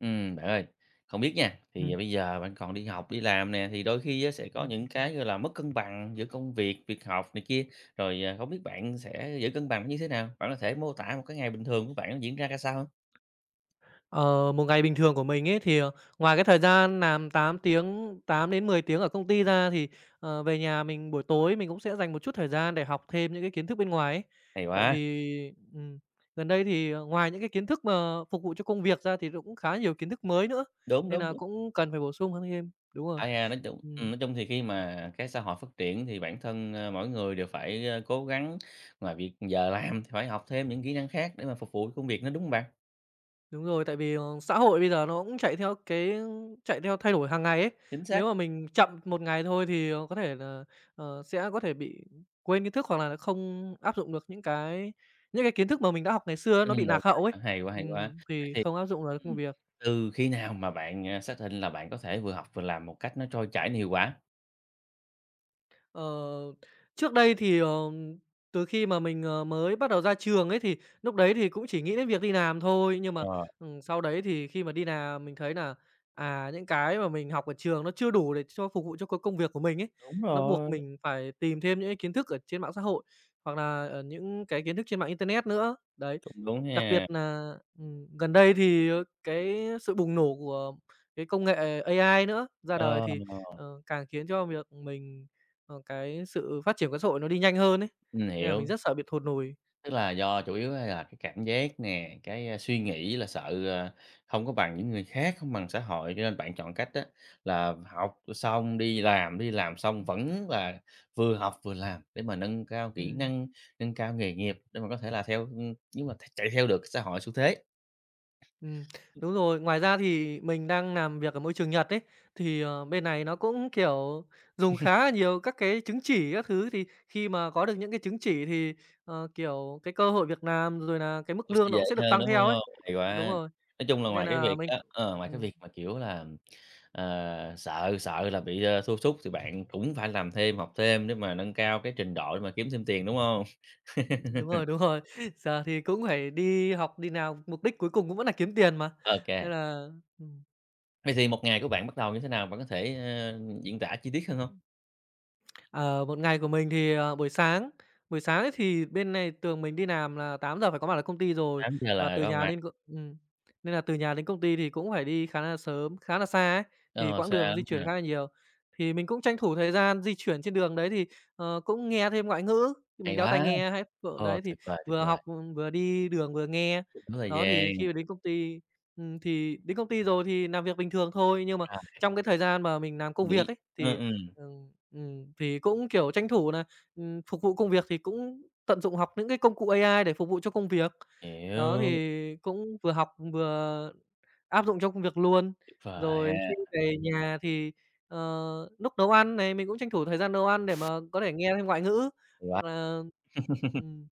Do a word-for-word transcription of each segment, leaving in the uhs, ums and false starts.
Ừ bạn ơi, không biết nha, thì Ừm, bây giờ bạn còn đi học, đi làm nè, thì đôi khi á sẽ có những cái, gọi là, mất cân bằng giữa công việc, việc học này kia, rồi, à, không biết bạn sẽ giữ cân bằng như thế nào? Bạn có thể mô tả một cái ngày bình thường của bạn nó diễn ra ra sao không? ờ, một ngày bình thường của mình ấy thì, ờ, ngoài cái thời gian làm tám tiếng, tám đến mười tiếng ở công ty ra thì, ờ, về nhà mình buổi tối mình cũng sẽ dành một chút thời gian để học thêm những cái kiến thức bên ngoài ấy. Hay Tại quá! vì, ừm, gần đây thì, ờ, ngoài những cái kiến thức mà phục vụ cho công việc ra thì cũng khá nhiều kiến thức mới nữa, Đúng, nên đúng, là đúng. cũng cần phải bổ sung hơn thêm. Đúng rồi. À, à, nói chung ừm, Ừm. nói chung thì khi mà cái xã hội phát triển thì bản thân, ơ, mỗi người đều phải, ơ, cố gắng, ngoài việc giờ làm thì phải học thêm những kỹ năng khác để mà phục vụ công việc nó đúng hông bạn? Đúng rồi, tại vì, ờ, xã hội bây giờ nó cũng chạy theo cái chạy theo thay đổi hàng ngày ấy. Chính xác. Nếu mà mình chậm một ngày thôi thì, ờ, có thể là, ờ, sẽ có thể bị quên kiến thức hoặc là không áp dụng được những cái những cái kiến thức mà mình đã học ngày xưa Ừm, nó bị được, lạc hay hậu ấy. quá, hay quá, hay quá. Ừm, Vậy thì thì không áp dụng được công ừm, việc. từ khi nào mà bạn, à, xác định là bạn có thể vừa học vừa làm một cách nó trôi chảy, nó hiệu quả? Ờ, trước đây thì, ờ, từ khi mà mình, ờ, mới bắt đầu ra trường ấy, thì lúc đấy thì cũng chỉ nghĩ đến việc đi làm thôi, nhưng mà, Ờ, ừm, sau đấy thì khi mà đi làm mình thấy là à, những cái mà mình học ở trường nó chưa đủ để cho phục vụ cho c công việc của mình ấy. đúng Nó buộc rồi, mình phải tìm thêm những cái kiến thức ở trên mạng xã hội, hoặc là, ờ, những cái kiến thức trên mạng internet nữa, đấy. cũng đúng Đặc biệt ha. là ừm, gần đây thì, ờ, cái sự bùng nổ của cái công nghệ a i nữa ra đời Ờ, thì, ờ, càng khiến cho việc mình ờ, cái sự phát triển của xã hội nó đi nhanh hơn ấy, mình nên là mình hiểu. rất sợ bị thụt lùi. Tức là do chủ yếu là cái cảm giác nè, cái, a, suy nghĩ là sợ, ờ, không có bằng những người khác, không bằng xã hội, cho nên bạn chọn cách đó là học xong đi làm, đi làm xong vẫn là vừa học vừa làm để mà nâng cao kỹ Ừm, năng, nâng cao nghề nghiệp để mà có thể là theo nhưng mà chạy theo được xã hội xu thế. ừm, đúng rồi. Ngoài ra thì mình đang làm việc ở môi trường Nhật ấy, thì, ờ, bên này nó cũng, kiểu, dùng khá là nhiều các cái chứng chỉ các thứ, thì khi mà có được những cái chứng chỉ thì, ờ, kiểu, cái cơ hội việc làm rồi là cái mức Cũng sẽ lương nó dễ cũng sẽ được hơn, tăng đúng hông? theo ấy. Hay Đúng quá! rồi. Nói chung là Nên ngoài cái là việc mình á cũng ờ, ngoài cái ừm, việc mà, kiểu là, ờ, sợ sợ là bị, ơ, thua sút thì bạn cũng phải làm thêm, học thêm để mà nâng cao cái trình độ để mà kiếm thêm tiền, đúng hông? đúng rồi, đúng rồi. Giờ thì cũng phải đi học, đi nào, mục đích cuối cùng cũng vẫn là kiếm tiền mà, Ô kê. nên là ừm. Vậy thì một ngày của bạn bắt đầu như thế nào? Bạn có thể, ơ, diễn tả chi tiết hơn hông? Ờ, một ngày của mình thì, ờ, buổi sáng, buổi sáng ấy thì bên này thường mình đi làm là tám giờ phải có mặt ở công ty rồi, Tám giờ và là từ có nhà mặt, đến c ừm, nên là từ nhà đến công ty thì cũng phải đi khá là sớm, khá là xa ấy, thì ờ, quãng xa đường di lắm chuyển ha. khá là nhiều. Thì mình cũng tranh thủ thời gian di chuyển trên đường đấy thì, ờ, cũng nghe thêm ngoại ngữ, thì mình Hay đeo tai quá! nghe hay Ờ, đấy thì tuyệt vời, tuyệt vừa vời, học, ừ, vừa đi đường vừa nghe. đúng thời Đó, gian, thì khi mà đến công ty, ừm, thì đến công ty rồi thì làm việc bình thường thôi, nhưng mà rồi, trong cái thời gian mà mình làm công việc nghỉ ấy ừm, thì, ừm, ừ, Ừm, thì cũng, kiểu, tranh thủ nà, ừm, phục vụ công việc thì cũng tận dụng học những cái công cụ a i để phục vụ cho công việc. Đó, hiểu, thì cũng vừa học vừa áp dụng trong công việc luôn. tuyệt vời ha, Rồi hay khi về nhà thì, ờ, lúc nấu ăn này, mình cũng tranh thủ thời gian nấu ăn để mà có thể nghe thêm ngoại ngữ, quá! hoặc là ừm,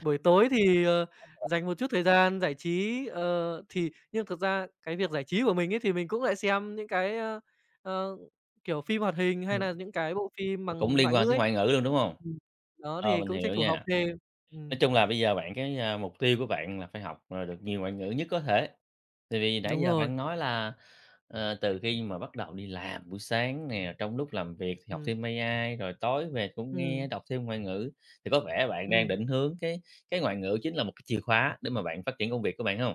buổi tối thì, ờ, dành một chút thời gian giải trí. Ờ, thì nhưng thực ra cái việc giải trí của mình ấy, thì mình cũng lại xem những cái, ơ, ờ, kiểu, phim hoạt hình hay Ừm, là những cái bộ phim cũng bằng liên ngoại quan ngữ tới ấy. ngoại ngữ luôn, đúng hông? Ừm, đó, Ờ, thì mình cũng tranh hiểu thủ học nha. thêm. Nói Ừm, chung là bây giờ bạn cái, a, mục tiêu của bạn là phải học, ờ, được nhiều ngoại ngữ nhất có thể. Tại vì nãy đúng giờ rồi. bạn nói là, ờ, từ khi mà bắt đầu đi làm buổi sáng nè, trong lúc làm việc thì học Ừm, thêm A I, rồi tối về cũng nghe, ừm, đọc thêm ngoại ngữ, thì có vẻ bạn đang ừm. định hướng cái cái ngoại ngữ chính là một cái chìa khóa để mà bạn phát triển công việc của bạn không?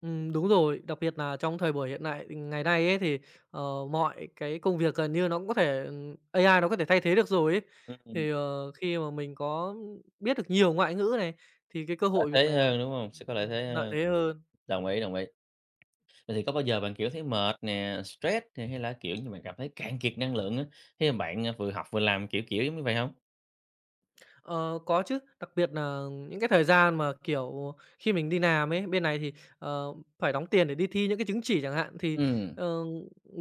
Ừm, đúng rồi, đặc biệt là trong thời buổi hiện nại ngày nay ấy, thì, ờ, mọi cái công việc gần như nó cũng có thể ừm, a i nó có thể thay thế được rồi ấy. Ừm, Thì, ờ, khi mà mình có biết được nhiều ngoại ngữ này, thì cái cơ lợi hội việc thế làm hơn, đúng không? Sẽ có lợi ừm, thế lợi hơn, thế hơn. đồng ý, đồng ý. Vậy thì có bao giờ bạn, kiểu, thấy mệt nè, stress nè, hay là, kiểu như, bạn cảm thấy cạn kiệt năng lượng á, khi mà bạn, à, vừa học vừa làm, kiểu, kiểu giống như vậy không? Ờ, có chứ, đặc biệt là những cái thời gian mà, kiểu, khi mình đi làm ấy, bên này thì, ờ, phải đóng tiền để đi thi những cái chứng chỉ chẳng hạn, thì, Ừm. ờ,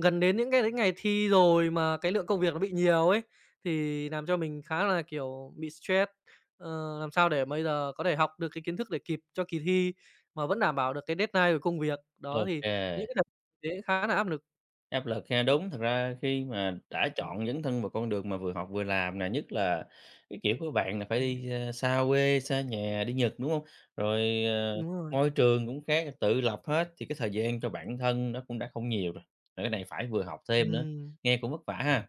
gần đến những cái đến ngày thi rồi mà cái lượng công việc nó bị nhiều ấy, thì làm cho mình khá là, kiểu, bị stress. Ờ, làm sao để bây giờ có thể học được cái kiến thức để kịp cho kỳ thi mà vẫn đảm bảo được cái deadline của công việc. Đó, thì những OK, cái đợt đấy khá là áp lực. áp lực ha. Đúng, thật ra khi mà đã Ừm, chọn dấn thân vào con đường mà vừa học vừa làm nè, nhất là cái kiểu của bạn là phải ừm, đi, ơ, xa quê, xa nhà, đi Nhật, đúng không? Rồi, ờ, đúng rồi, môi trường cũng khác, tự lập hết thì cái thời gian cho bản thân nó cũng đã không nhiều rồi, rồi cái này phải vừa học thêm nữa, ừm. nghe cũng vất vả ha.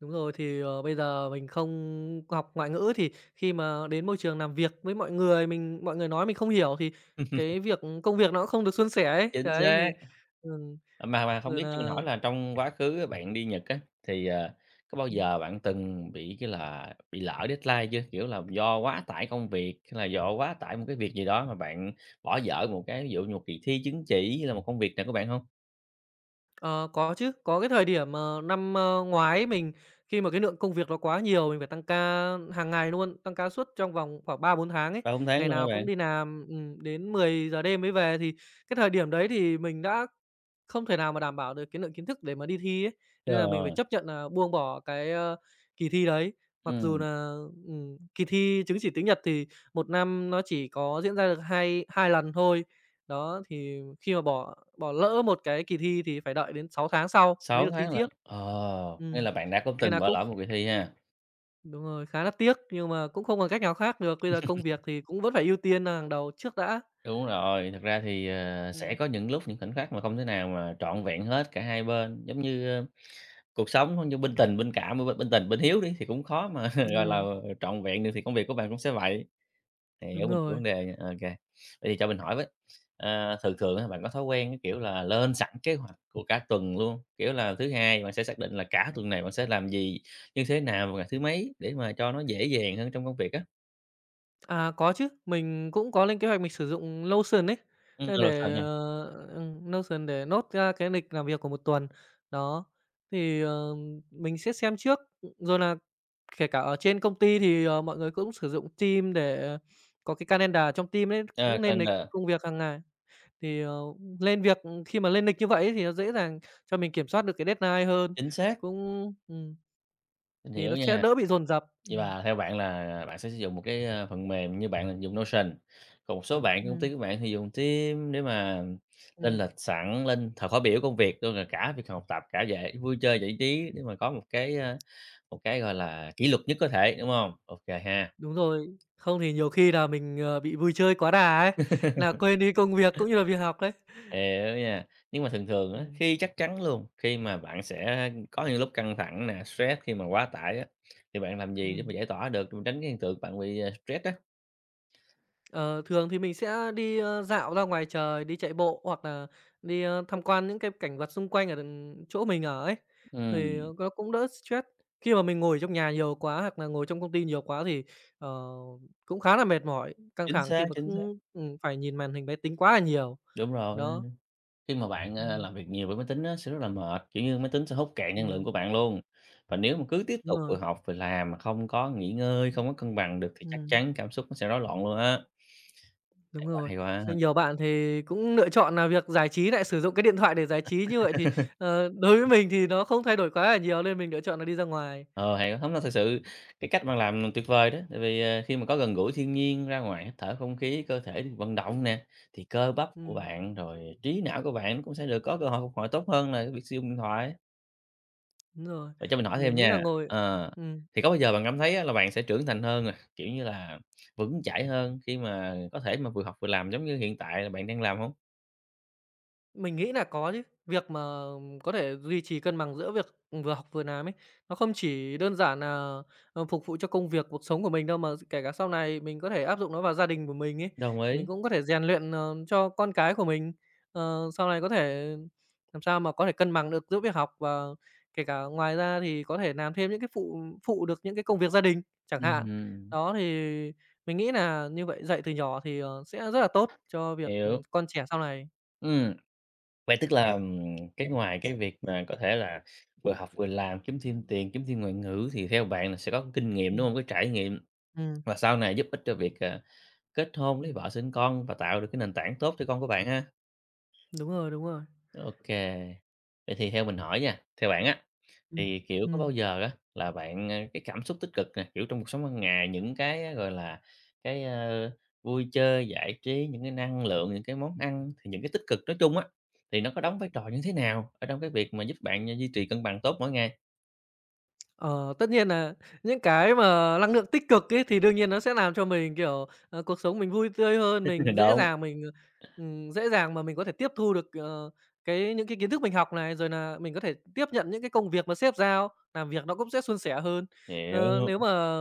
Đúng rồi, thì, ờ, bây giờ mình không học ngoại ngữ thì khi mà đến môi trường làm việc với mọi người, mình mọi người nói mình không hiểu thì cái việc công việc nó cũng không được suôn sẻ ấy. Chính Đấy, xác. thì ừm, Ờ, mà mà không rồi biết cho mình là. hỏi là trong quá khứ bạn đi Nhật á, thì, ờ, có bao giờ bạn từng bị cái là bị lỡ deadline chưa? Kiểu là, do quá tải công việc hay là do quá tải một cái việc gì đó mà bạn bỏ dở một cái ví dụ như một kỳ thi chứng chỉ hay là một công việc nào của bạn không? Ờ, có chứ, có cái thời điểm, ờ, năm, ơ, ngoái mình khi mà cái lượng công việc nó quá nhiều, mình phải tăng ca hàng ngày luôn, tăng ca suốt trong vòng khoảng ba bốn tháng ấy, Ba bốn tháng ngày luôn nào hả cũng bạn? đi làm, ừm, đến mười giờ đêm mới về. Thì cái thời điểm đấy thì mình đã không thể nào mà đảm bảo được cái lượng kiến thức để mà đi thi ấy, nên là mình phải Trời, chấp nhận là buông bỏ cái, ơ, kỳ thi đấy. Mặc dù ừm, là ừm, kỳ thi chứng chỉ tiếng Nhật thì một năm nó chỉ có diễn ra được hai hai lần thôi, đó, thì khi mà bỏ bỏ lỡ một cái kỳ thi thì phải đợi đến sáu tháng sau mới sáu được thi tháng tiếp. lận. Ờ, nghĩa Ừm, là bạn đã có nên từng là bỏ cũng lỡ một kỳ thi ha? đúng rồi, khá là tiếc nhưng mà cũng không còn cách nào khác được, bây giờ công việc thì cũng vẫn phải ưu tiên hàng đầu trước đã. Đúng rồi, thật ra thì, ờ, sẽ Ừm, có những lúc, những khoảnh khắc mà không thể nào mà trọn vẹn hết cả hai bên, giống như, cuộc sống cũng như bên tình, bên cảm, bên bên tình, bên hiếu đi thì cũng khó mà, gọi là, ừm. trọn vẹn được thì công việc của bạn cũng sẽ vậy. Hiểu, Đúng mình hiểu rồi. vấn đề nha, ô. Vậy thì cho mình hỏi với, ờ, thường thường á, bạn có thói quen, cái kiểu là, lên sẵn kế hoạch của cả tuần luôn. Kiểu là, thứ Hai bạn sẽ xác định là cả tuần này bạn sẽ làm gì, như thế nào và ngày thứ mấy để mà cho nó dễ dàng hơn trong công việc á? À, có chứ, mình cũng có lên kế hoạch mình sử dụng Notion ấy, Ừm, ơ, lên sẵn để, ha, ờ, ừm, Notion để nốt ra cái lịch làm việc của một tuần. Đó, thì, ờ, mình sẽ xem trước, rồi là kể cả ở trên công ty thì, ờ, mọi người cũng sử dụng team để có cái calendar trong team ấy, ờ, cũng lên lịch calendar, công việc hàng ngày. Thì, ờ, lên việc khi mà lên lịch như vậy ấy thì nó dễ dàng cho mình kiểm soát được cái deadline hơn, chính xác, cũng ừm, mình thì hiểu nó sẽ nha. đỡ bị dồn dập. Vậy Ừm, là theo bạn là bạn sẽ sử dụng một cái, a, phần mềm như bạn là dùng Notion, còn một số bạn trong công ty ừm, của bạn thì dùng Teams để mà lên lịch ừm. sẵn, lên thời khóa biểu công việc luôn, rồi cả việc học tập, cả dạy vui chơi giải trí để mà có một cái, a, một cái, gọi là, kỷ luật nhất có thể, đúng không? OK ha, Đúng rồi, không thì nhiều khi là mình, ờ, bị vui chơi quá đà ấy, là quên đi công việc cũng như là việc học đấy. hiểu nha. Nhưng mà thường thường á, Ừm, khi chắc chắn luôn, khi mà bạn sẽ có những lúc căng thẳng nè, stress khi mà quá tải á, thì bạn làm gì để ừm. mà giải tỏa được, để mà tránh cái hiện tượng bạn bị, à, stress á? Ờ, thường thì mình sẽ đi, ơ, dạo ra ngoài trời, đi chạy bộ hoặc là đi, ơ, tham quan những cái cảnh vật xung quanh ở đằng chỗ mình ở ấy, thì Ừm, ờ, nó cũng đỡ stress. Khi mà mình ngồi trong nhà nhiều quá hoặc là ngồi trong công ty nhiều quá thì, ờ, cũng khá là mệt mỏi, căng chính thẳng xác, khi mà chính xác, cứ, ừm, phải nhìn màn hình máy tính quá là nhiều. đúng rồi. Đó, Khi mà bạn, ờ, ừm, làm việc nhiều với máy tính á, sẽ rất là mệt, kiểu như, máy tính sẽ hút cạn năng lượng ừm, của bạn luôn. Và nếu mà cứ tiếp đúng tục vừa rồi, học vừa làm mà không có nghỉ ngơi, không có cân bằng được thì chắc ừm. chắn cảm xúc nó sẽ rối loạn luôn á. Đúng Hay quá, rồi. hay Rất quá! nhiều bạn thì cũng lựa chọn là việc giải trí lại sử dụng cái điện thoại để giải trí như vậy thì, ờ, đối với mình thì nó không thay đổi quá là nhiều nên mình lựa chọn là đi ra ngoài. Ờ, hay quá! Hông, thật sự cái cách bạn làm tuyệt vời đó, tại vì, ờ, khi mà có gần gũi thiên nhiên, ra ngoài hít thở không khí, cơ thể được vận động nè, thì cơ bắp của Ừm, bạn, rồi trí não của bạn cũng sẽ được có cơ hội phục hồi tốt hơn là cái việc sử dụng điện thoại. đúng rồi. Vậy cho mình hỏi thêm Mình nghĩ là nha, ngồi ờ, ừm. thì có bao giờ bạn cảm thấy á là bạn sẽ trưởng thành hơn nè, kiểu như là, vững chãi hơn khi mà có thể mà vừa học vừa làm giống như hiện tại là bạn đang làm hông? Mình nghĩ là có chứ. Việc mà có thể duy trì cân bằng giữa việc ừ, vừa học vừa làm ấy, nó không chỉ đơn giản là ờ, phục vụ cho công việc, cuộc sống của mình đâu, mà kể cả sau này mình có thể áp dụng nó vào gia đình của mình ấy. Đồng Mình ý, cũng có thể rèn luyện, ờ, cho con cái của mình, ờ, sau này có thể làm sao mà có thể cân bằng được giữa việc học và kể cả ngoài ra thì có thể làm thêm những cái phụ phụ được những cái công việc gia đình chẳng hạn. ừm. Đó, thì mình nghĩ là như vậy dạy từ nhỏ thì, ờ, sẽ rất là tốt cho việc, ừ, Hiểu, con trẻ sau này. ừm, vậy tức là, ừm, cái ngoài cái việc mà có thể là vừa học vừa làm, kiếm thêm tiền, kiếm thêm ngoại ngữ thì theo bạn là sẽ có kinh nghiệm, đúng Ừm, hông? Cái trải nghiệm ừm. và sau này giúp ích cho việc, à, kết hôn, lấy Ừm, vợ, sinh con và tạo được cái nền tảng tốt cho con của bạn ha. đúng rồi, đúng rồi. Ô kê, vậy thì theo mình hỏi nha, theo bạn á. Ừm, Thì, kiểu, có bao ừm. giờ á là bạn, ờ cái cảm xúc tích cực nè, kiểu, trong cuộc sống hàng ngày, những cái á, gọi là, cái, ơ, vui chơi, giải trí, những cái năng lượng, những cái món ăn, thì những cái tích cực nói chung á, thì nó có đóng vai trò như thế nào ở trong cái việc mà giúp bạn, ờ, duy trì cân bằng tốt mỗi ngày? Ờ, Tất nhiên là những cái mà năng lượng tích cực ấy thì đương nhiên nó sẽ làm cho mình, kiểu, ờ, cuộc sống mình vui tươi hơn, mình dễ Đúng, dàng mình, ờ, ừm, dễ dàng mà mình có thể tiếp thu được, ờ, cái những cái kiến thức mình học này, rồi là mình có thể tiếp nhận những cái công việc mà sếp giao, làm việc nó cũng sẽ suôn sẻ hơn. Ờ, hiểu, Nếu mà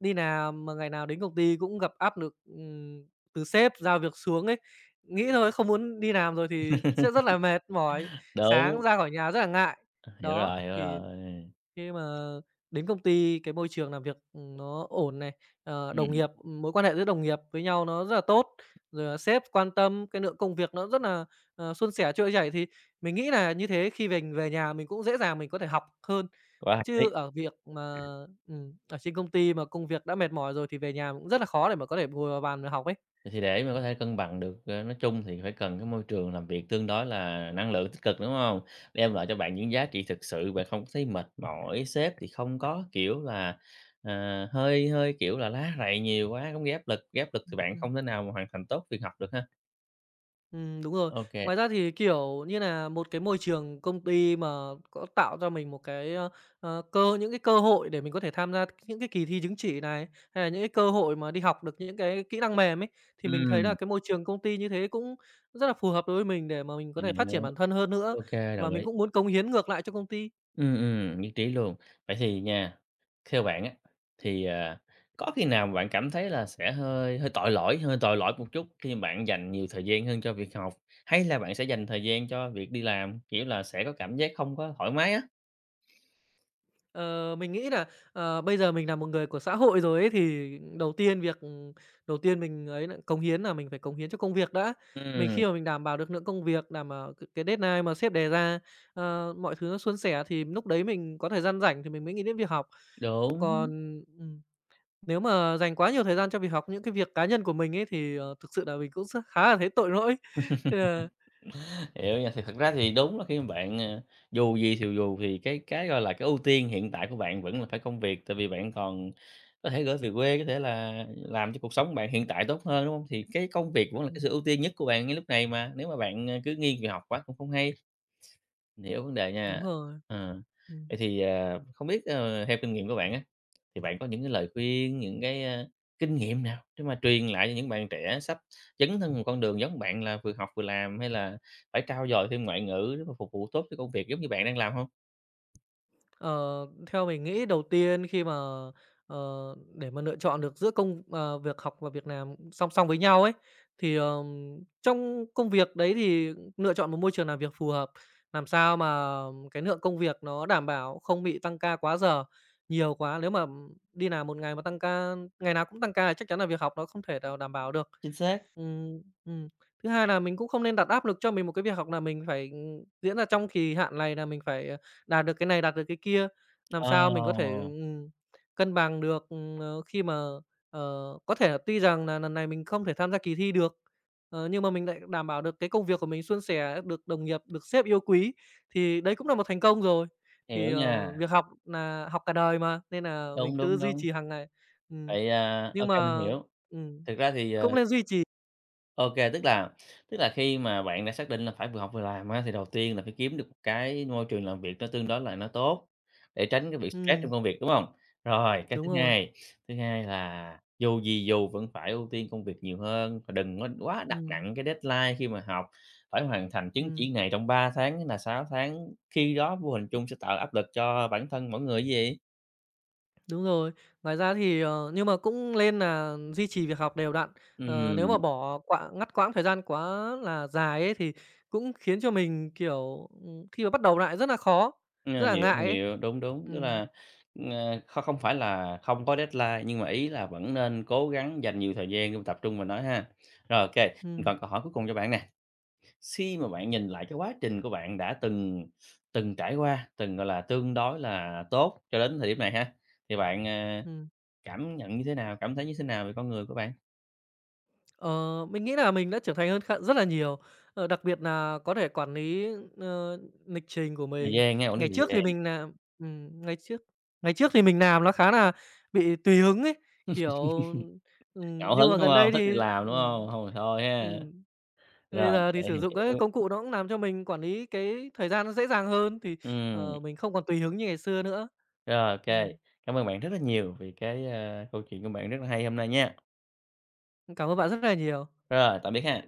đi làm mà ngày nào đến công ty cũng gặp áp lực, ừm, từ sếp giao việc xuống ấy, nghĩ thôi không muốn đi làm rồi thì sẽ rất là mệt mỏi, sáng đúng, ra khỏi nhà rất là ngại. hiểu Đó, rồi, hiểu thì rồi. khi mà đến công ty cái môi trường làm việc, nó ổn này, ờ, đồng Ừm, nghiệp, mối quan hệ giữa đồng nghiệp với nhau nó rất là tốt, rồi là sếp quan tâm, cái lượng công việc nó rất là ờ, suôn sẻ, trôi chảy thì mình nghĩ là như thế khi mình về nhà mình cũng dễ dàng mình có thể học hơn. quá hay Chứ đấy. ở việc mà ừm, ở trên công ty mà công việc đã mệt mỏi rồi thì về nhà cũng rất là khó để mà có thể ngồi vào bàn mà học ấy. Thì để mà có thể cân bằng được, ờ, nói chung thì phải cần cái môi trường làm việc tương đối là năng lượng tích cực, đúng không? Đem lại cho bạn những giá trị thực sự, bạn không có thấy mệt mỏi, sếp thì không có, kiểu là, ờ, hơi hơi, kiểu là, lá rầy nhiều quá cũng gây lực, gây lực thì bạn Ừm. không thể nào mà hoàn thành tốt việc học được ha. Ừm, đúng rồi. OK kê, Ngoài ra thì, kiểu như là một cái môi trường công ty mà có tạo cho mình một cái, ơ, ờ, cơ những cái cơ hội để mình có thể tham gia những cái kỳ thi chứng chỉ này, hay là những cái cơ hội mà đi học được những cái kỹ năng mềm ấy, thì mình thấy là ừm, cái môi trường công ty như thế cũng rất là phù hợp đối với mình để mà mình có thể phát hiểu, triển bản thân hơn nữa, ô đồng và mình ý. cũng muốn cống hiến ngược lại cho công ty. Ừ, ừm, nhất trí luôn. Vậy thì nha, theo bạn á, thì, à, có khi nào mà bạn cảm thấy là sẽ hơi hơi tội lỗi hơi tội lỗi một chút khi bạn dành nhiều thời gian hơn cho việc học, hay là bạn sẽ dành thời gian cho việc đi làm, kiểu là, sẽ có cảm giác không có thoải mái á? Ờ, mình nghĩ là ờ, bây giờ mình là một người của xã hội rồi ấy, thì đầu tiên việc đầu tiên mình ấy là cống hiến là mình phải cống hiến cho công việc đã. Mình Ừ, khi mà mình đảm bảo được lượng công việc, đảm bảo cái cái deadline mà sếp đề ra, ờ, mọi thứ nó suôn sẻ thì lúc đấy mình có thời gian rảnh thì mình mới nghĩ đến việc học. Còn, đúng. ừm, nếu mà dành quá nhiều thời gian cho việc học những cái việc cá nhân của mình ấy thì, ờ, thực sự là mình cũng rất khá là thấy tội lỗi. Nên là Hiểu nha, thì thật ra thì đúng là khi mà bạn, ờ, dù gì thì dù thì cái cái, gọi là, cái ưu tiên hiện tại của bạn vẫn là phải công việc, tại vì bạn còn có thể gửi về quê, có thể là làm cho cuộc sống bạn hiện tại tốt hơn, đúng không? Thì cái công việc vẫn là cái ừm, sự ưu tiên nhất của bạn ngay lúc này mà, nếu mà bạn, ờ, cứ nghiêng về học quá cũng không hay. Mình hiểu vấn đề nha. đúng rồi. Ờ, Ừm. vậy thì, ờ, không biết, ờ, theo kinh nghiệm của bạn á thì bạn có những cái lời khuyên, những cái, a, kinh nghiệm nào để mà truyền lại cho những bạn trẻ sắp dấn thân một con đường giống bạn là vừa học vừa làm, hay là phải trau dồi thêm ngoại ngữ để mà phục vụ tốt cho công việc giống như bạn đang làm không? Ờ, theo mình nghĩ đầu tiên khi mà, ờ, để mà lựa chọn được giữa công ờ, việc học và việc làm song song với nhau ấy, thì, ờm, trong công việc đấy thì lựa chọn một môi trường làm việc phù hợp, làm sao mà cái lượng công việc nó đảm bảo, không bị tăng ca quá giờ, nhiều quá. Nếu mà đi làm một ngày mà tăng ca ngày nào cũng tăng ca thì chắc chắn là việc học nó không thể nào đảm bảo được. Chính xác. Ừm, ừm. Thứ hai là mình cũng không nên đặt áp lực cho mình một cái việc học là mình phải, diễn ra trong kỳ hạn này là mình phải, ờ, đạt được cái này, đạt được cái kia. Làm Ờ, sao mình có thể, ừm, cân bằng được, ừm, ờ, khi mà, ờ, có thể là tuy rằng là lần này mình không thể tham gia kỳ thi được, ờ, nhưng mà mình lại đảm bảo được cái công việc của mình suôn sẻ, được đồng nghiệp, được sếp yêu quý, thì đấy cũng là một thành công rồi. hiểu Thì, ờ, nha. việc học là học cả đời mà, nên là mình Đúng, cứ đúng, duy đúng. trì hàng ngày. Ừm, Vậy, à ô nhưng mình mà hiểu. ừm, Thực ra thì, ờ, cũng nên duy trì. OK, tức là tức là khi mà bạn đã xác định là phải vừa học vừa làm á, thì đầu tiên là phải kiếm được một cái môi trường làm việc nó tương đối là nó tốt, để tránh cái việc stress trong Ừm, công việc, đúng không? Rồi, cái thứ đúng rồi. hai, thứ hai là dù gì dù vẫn phải ưu tiên công việc nhiều hơn và đừng có quá đặt Ừm, nặng cái deadline khi mà học, phải hoàn thành chứng ừm, chỉ này trong ba tháng hay là sáu tháng, khi đó vô hình chung sẽ tạo áp lực cho bản thân mỗi người chứ gì. đúng rồi. Ngoài ra thì, ờ, nhưng mà cũng nên là duy trì việc học đều đặn. Ờ, nếu mà Ừm. bỏ quãng ngắt quãng thời gian quá là dài ấy, thì cũng khiến cho mình, kiểu, ừm, khi mà bắt đầu lại rất là khó, rất Ờ, là hiểu, ngại ấy. hiểu, đúng, đúng, tức Ừm, là, ờ, không không phải là không có deadline, nhưng mà ý là vẫn nên cố gắng dành nhiều thời gian để mà tập trung vào nó ha. Rồi, OK, mình ừm, còn câu hỏi cuối cùng cho bạn nè, khi mà bạn nhìn lại cái quá trình của bạn đã từng từng trải qua, từng, gọi là, tương đối là tốt cho đến thời điểm này ha, thì bạn, ờ, ừm. cảm nhận như thế nào, cảm thấy như thế nào về con người của bạn? Ờ, mình nghĩ là mình đã trưởng thành hơn khá rất là nhiều, ờ, đặc biệt là có thể quản lý, ơ, lịch trình của Thời mình. gian nghe ổn lý Ngày thời trước gian, thì mình làm ừm, ngày trước ngày trước thì mình làm nó khá là bị tùy hứng ấy, kiểu, ừm, ngẫu nhưng hứng, mà đúng gần không? đây Thích thì thì làm, đúng ừm, không không thì thôi ha. ừm, bây Rồi, giờ thì OK, sử dụng các cái hiểu. công cụ nó cũng làm cho mình quản lý cái thời gian nó dễ dàng hơn, thì, Ừm. ờ, mình không còn tùy hứng như ngày xưa nữa. Rồi, OK. Ừm, Cảm ơn bạn rất là nhiều vì cái, a, câu chuyện của bạn rất là hay hôm nay nha. cảm ơn bạn rất là nhiều. Rồi, tạm biệt ha.